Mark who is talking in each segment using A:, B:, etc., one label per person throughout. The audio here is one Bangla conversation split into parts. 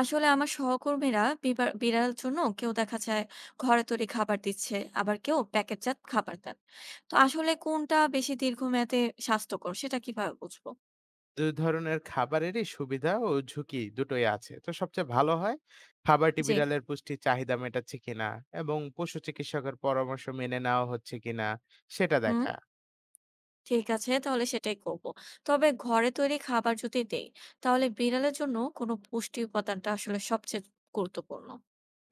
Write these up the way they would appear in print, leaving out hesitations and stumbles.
A: আসলে আমার সহকর্মীরা বিড়াল জন্য কেউ দেখা যায় ঘরে তৈরি খাবার দিচ্ছে, আবার কেউ প্যাকেটজাত খাবার দেন। তো আসলে কোনটা বেশি দীর্ঘমেয়াদে স্বাস্থ্যকর সেটা কিভাবে বুঝবো?
B: দু ধরনের খাবারেরই সুবিধা ও ঝুঁকি দুটোই আছে। তো সবচেয়ে ভালো হয় খাবারটি
A: যে,
B: বিড়ালের পুষ্টির চাহিদা মেটাচ্ছে কিনা এবং পশু চিকিৎসকের পরামর্শ মেনে নেওয়া হচ্ছে কিনা সেটা
A: হুম,
B: দেখা।
A: ঠিক আছে তাহলে সেটাই করব। তবে ঘরে তৈরি খাবার যদি দেই তাহলে বিড়ালের জন্য কোনো পুষ্টি উপাদানটা আসলে সবচেয়ে গুরুত্বপূর্ণ?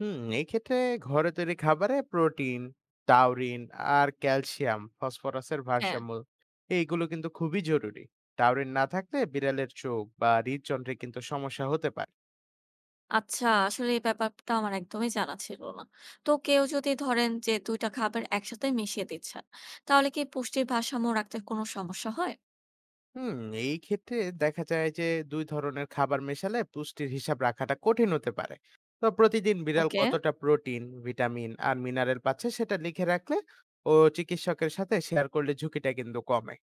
B: হুম, এই ক্ষেত্রে ঘরে তৈরি খাবারে প্রোটিন, টাউরিন আর ক্যালসিয়াম, ফসফরাসের
A: হ্যাঁ।
B: ভারসাম্য এইগুলো কিন্তু খুবই জরুরি। টাউরিন না থাকলে বিড়ালের চোখ বা হৃদযন্ত্রে কিন্তু সমস্যা হতে পারে।
A: আচ্ছা, আসলে এই ব্যাপারটা আমার একদমই জানা ছিল না। তো কেউ যদি ধরেন যে ২ টা খাবার একসাথে মিশিয়ে দিচ্ছেন, তাহলে কি পুষ্টির ভারসাম্য রাখতে কোনো সমস্যা হয়?
B: হুম, এই ক্ষেত্রে দেখা যায় যে দুই ধরনের খাবার মেশালে পুষ্টির হিসাব রাখাটা কঠিন হতে পারে। তো প্রতিদিন বিড়াল
A: ওকে,
B: কতটা প্রোটিন ভিটামিন আর মিনারেল পাচ্ছে সেটা লিখে রাখলে ও চিকিৎসকের সাথে শেয়ার করলে ঝুঁকিটা কিন্তু কমে।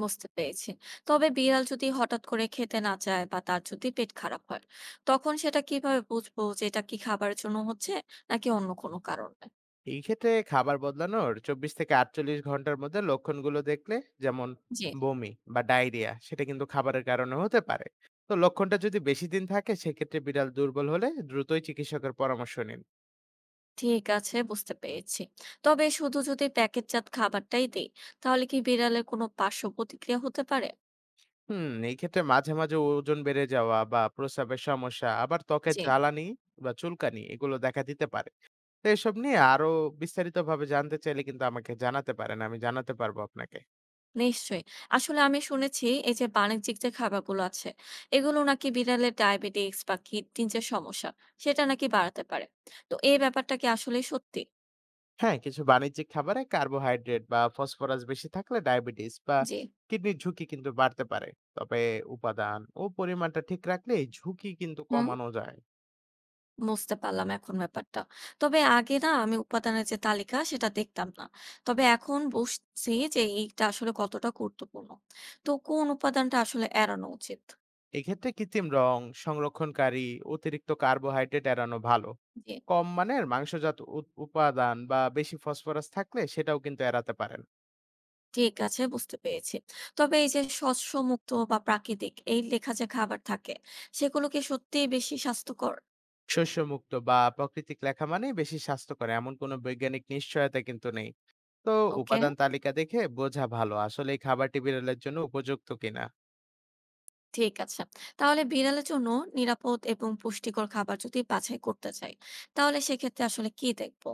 A: বুঝতে পেরেছি। তবে বিড়াল যদি হঠাৎ করে খেতে না চায় বা তার যদি পেট খারাপ হয়, তখন সেটা কিভাবে বুঝবো যে এটা কি খাবারের জন্য হচ্ছে নাকি অন্য কোনো কারণে?
B: এই ক্ষেত্রে খাবার বদলানোর ২৪ থেকে ৪৮ ঘন্টার মধ্যে লক্ষণগুলো দেখলে, যেমন
A: জি,
B: বমি বা ডায়রিয়া, সেটা কিন্তু খাবারের কারণে হতে পারে। তো লক্ষণটা যদি বেশি দিন থাকে সেক্ষেত্রে বিড়াল দুর্বল হলে দ্রুতই চিকিৎসকের পরামর্শ নিন।
A: ঠিক আছে, বুঝতে পেরেছি। তবে শুধু যদি প্যাকেটজাত খাবারটাই দেই, তাহলে কি বিড়ালের কোনো পার্শ্ব প্রতিক্রিয়া হতে পারে?
B: হুম, এই ক্ষেত্রে মাঝে, মাঝে ওজন বেড়ে যাওয়া বা প্রস্রাবের সমস্যা, আবার ত্বকের
A: জি।
B: জ্বালানি বা চুলকানি এগুলো দেখা দিতে পারে। তো এসব নিয়ে আরো বিস্তারিতভাবে জানতে চাইলে কিন্তু আমাকে জানাতে পারেন। আমি জানাতে পারবো আপনাকে।
A: নিশ্চয়ই। আসলে আমি শুনেছি এই যে বাণিজ্যিক যে খাবারগুলো আছে, এগুলো নাকি বিড়ালের ডায়াবেটিস বা কিডনির যে সমস্যা, সেটা নাকি বাড়াতে পারে। তো এই ব্যাপারটা কি আসলেই সত্যি?
B: হ্যাঁ, কিছু বাণিজ্যিক খাবারে কার্বোহাইড্রেট বা ফসফরাস বেশি থাকলে ডায়াবেটিস বা
A: জি।
B: কিডনির ঝুঁকি কিন্তু বাড়তে পারে। তবে উপাদান ও পরিমাণটা ঠিক রাখলে এই ঝুঁকি কিন্তু
A: হুম,
B: কমানো যায়।
A: বুঝতে পারলাম এখন ব্যাপারটা। তবে আগে না আমি উপাদানের যে তালিকা সেটা দেখতাম না। তবে এখন বুঝছি যে এইটা আসলে কতটা গুরুত্বপূর্ণ। তো কোন উপাদানটা আসলে এড়ানো উচিত?
B: এক্ষেত্রে কৃত্রিম রং, সংরক্ষণকারী, অতিরিক্ত কার্বোহাইড্রেট এড়ানো ভালো।
A: জি।
B: কম মানের মাংসজাত উপাদান বা বেশি ফসফরাস থাকলে সেটাও কিন্তু এড়াতে পারেন।
A: ঠিক আছে, বুঝতে পেরেছি। তবে এই যে শস্যমুক্ত বা প্রাকৃতিক এই লেখা যে খাবার থাকে সেগুলো কি সত্যিই বেশি স্বাস্থ্যকর?
B: শস্যমুক্ত বা প্রাকৃতিক লেখা মানে বেশি স্বাস্থ্যকর এমন কোনো বৈজ্ঞানিক নিশ্চয়তা কিন্তু নেই। তো
A: ওকে,
B: উপাদান তালিকা দেখে বোঝা ভালো আসলে এই খাবারটি বিড়ালের জন্য উপযুক্ত কিনা।
A: ঠিক আছে। তাহলে বিড়ালের জন্য নিরাপদ এবং পুষ্টিকর খাবার যদি বাছাই করতে চাই তাহলে সেক্ষেত্রে আসলে কি দেখবো?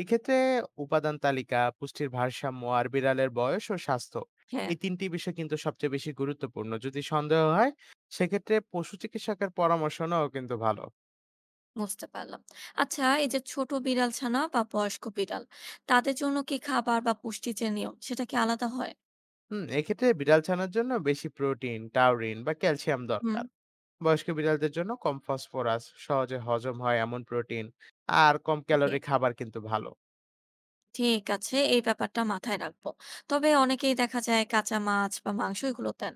B: এক্ষেত্রে উপাদান তালিকা, পুষ্টির ভারসাম্য, আর বিড়ালের বয়স ও স্বাস্থ্য,
A: হ্যাঁ,
B: এই তিনটি বিষয় কিন্তু সবচেয়ে বেশি গুরুত্বপূর্ণ। যদি সন্দেহ হয় সেক্ষেত্রে পশু চিকিৎসকের পরামর্শ নেওয়া কিন্তু ভালো।
A: বুঝতে পারলাম। আচ্ছা, এই যে ছোট বিড়াল ছানা বা বয়স্ক বিড়াল তাদের জন্য কি খাবার বা পুষ্টির যে নিয়ম সেটা কি আলাদা হয়?
B: হুম, এক্ষেত্রে বিড়াল ছানার জন্য বেশি প্রোটিন, টাউরিন বা ক্যালসিয়াম
A: হুম,
B: দরকার। বয়স্ক বিড়ালদের জন্য কম ফসফরাস, সহজে হজম হয় এমন প্রোটিন আর কম
A: জি।
B: ক্যালোরি খাবার কিন্তু ভালো।
A: ঠিক আছে, এই ব্যাপারটা মাথায় রাখবো। তবে অনেকেই দেখা যায় কাঁচা মাছ বা মাংস এগুলো দেন,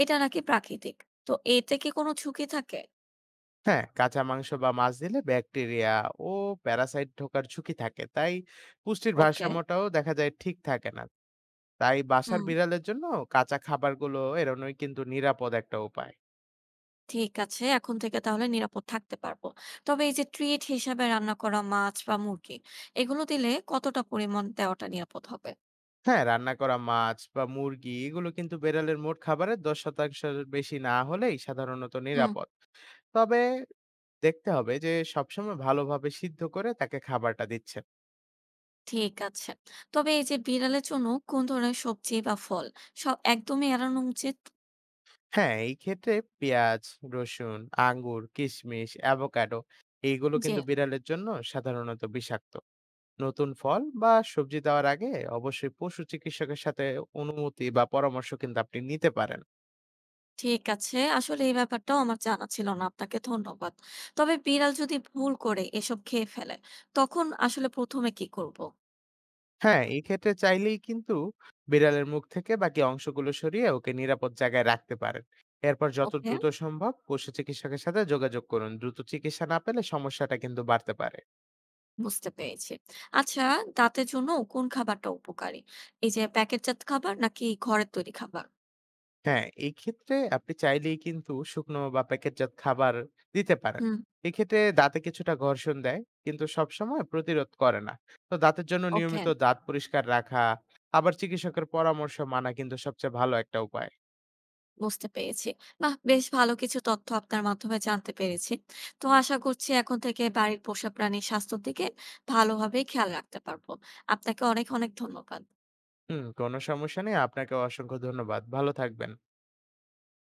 A: এটা নাকি প্রাকৃতিক। তো এতে কি কোনো ঝুঁকি থাকে?
B: হ্যাঁ, কাঁচা মাংস বা মাছ দিলে ব্যাকটেরিয়া ও প্যারাসাইট ঢোকার ঝুঁকি থাকে, তাই পুষ্টির
A: ওকে।
B: ভারসাম্যটাও দেখা যায় ঠিক থাকে না। তাই বাসার
A: হুম,
B: বিড়ালের জন্য কাঁচা খাবারগুলো এড়ানোই কিন্তু নিরাপদ একটা উপায়।
A: ঠিক আছে, এখন থেকে তাহলে নিরাপদ থাকতে পারবো। তবে এই যে ট্রিট হিসাবে রান্না করা মাছ বা মুরগি এগুলো দিলে কতটা পরিমাণ দেওয়াটা নিরাপদ হবে?
B: হ্যাঁ, রান্না করা মাছ বা মুরগি এগুলো কিন্তু বিড়ালের মোট খাবারের ১০% র বেশি না হলেই সাধারণত
A: হুম,
B: নিরাপদ। তবে দেখতে হবে যে সবসময় ভালোভাবে সিদ্ধ করে তাকে খাবারটা দিচ্ছেন।
A: ঠিক আছে। তবে এই যে বিড়ালের জন্য কোন ধরনের সবজি বা ফল সব একদমই এড়ানো উচিত?
B: হ্যাঁ, এই ক্ষেত্রে পেঁয়াজ, রসুন, আঙ্গুর, কিশমিশ, অ্যাভোকাডো এইগুলো
A: যে,
B: কিন্তু বিড়ালের জন্য সাধারণত বিষাক্ত। নতুন ফল বা সবজি দেওয়ার আগে অবশ্যই পশু চিকিৎসকের সাথে অনুমতি বা পরামর্শ কিন্তু আপনি নিতে পারেন।
A: ঠিক আছে। আসলে এই ব্যাপারটাও আমার জানা ছিল না। আপনাকে ধন্যবাদ। তবে বিড়াল যদি ভুল করে এসব খেয়ে ফেলে, তখন আসলে ১ম এ কি করব?
B: হ্যাঁ, এক্ষেত্রে চাইলেই কিন্তু বিড়ালের মুখ থেকে বাকি অংশগুলো সরিয়ে ওকে নিরাপদ জায়গায় রাখতে পারেন। এরপর যত
A: ওকে,
B: দ্রুত সম্ভব পশু চিকিৎসকের সাথে যোগাযোগ করুন। দ্রুত চিকিৎসা না পেলে সমস্যাটা কিন্তু বাড়তে পারে।
A: বুঝতে পেরেছি। আচ্ছা, দাঁতের জন্য কোন খাবারটা উপকারী? এই যে প্যাকেটজাত খাবার নাকি ঘরের তৈরি খাবার?
B: হ্যাঁ, এই ক্ষেত্রে আপনি চাইলেই কিন্তু শুকনো বা প্যাকেটজাত খাবার দিতে পারেন।
A: হুম,
B: এক্ষেত্রে দাঁতে কিছুটা ঘর্ষণ দেয়, কিন্তু সবসময় প্রতিরোধ করে না। তো দাঁতের জন্য
A: ওকে,
B: নিয়মিত দাঁত পরিষ্কার রাখা, আবার চিকিৎসকের পরামর্শ মানা কিন্তু সবচেয়ে ভালো একটা উপায়।
A: বুঝতে পেরেছি। বাহ! বেশ ভালো কিছু তথ্য আপনার মাধ্যমে জানতে পেরেছি। তো আশা করছি এখন থেকে বাড়ির পোষা প্রাণীর স্বাস্থ্যের দিকে ভালোভাবেই খেয়াল রাখতে পারব। আপনাকে অনেক, অনেক ধন্যবাদ।
B: হুম, কোনো সমস্যা নেই। আপনাকেও অসংখ্য ধন্যবাদ। ভালো থাকবেন।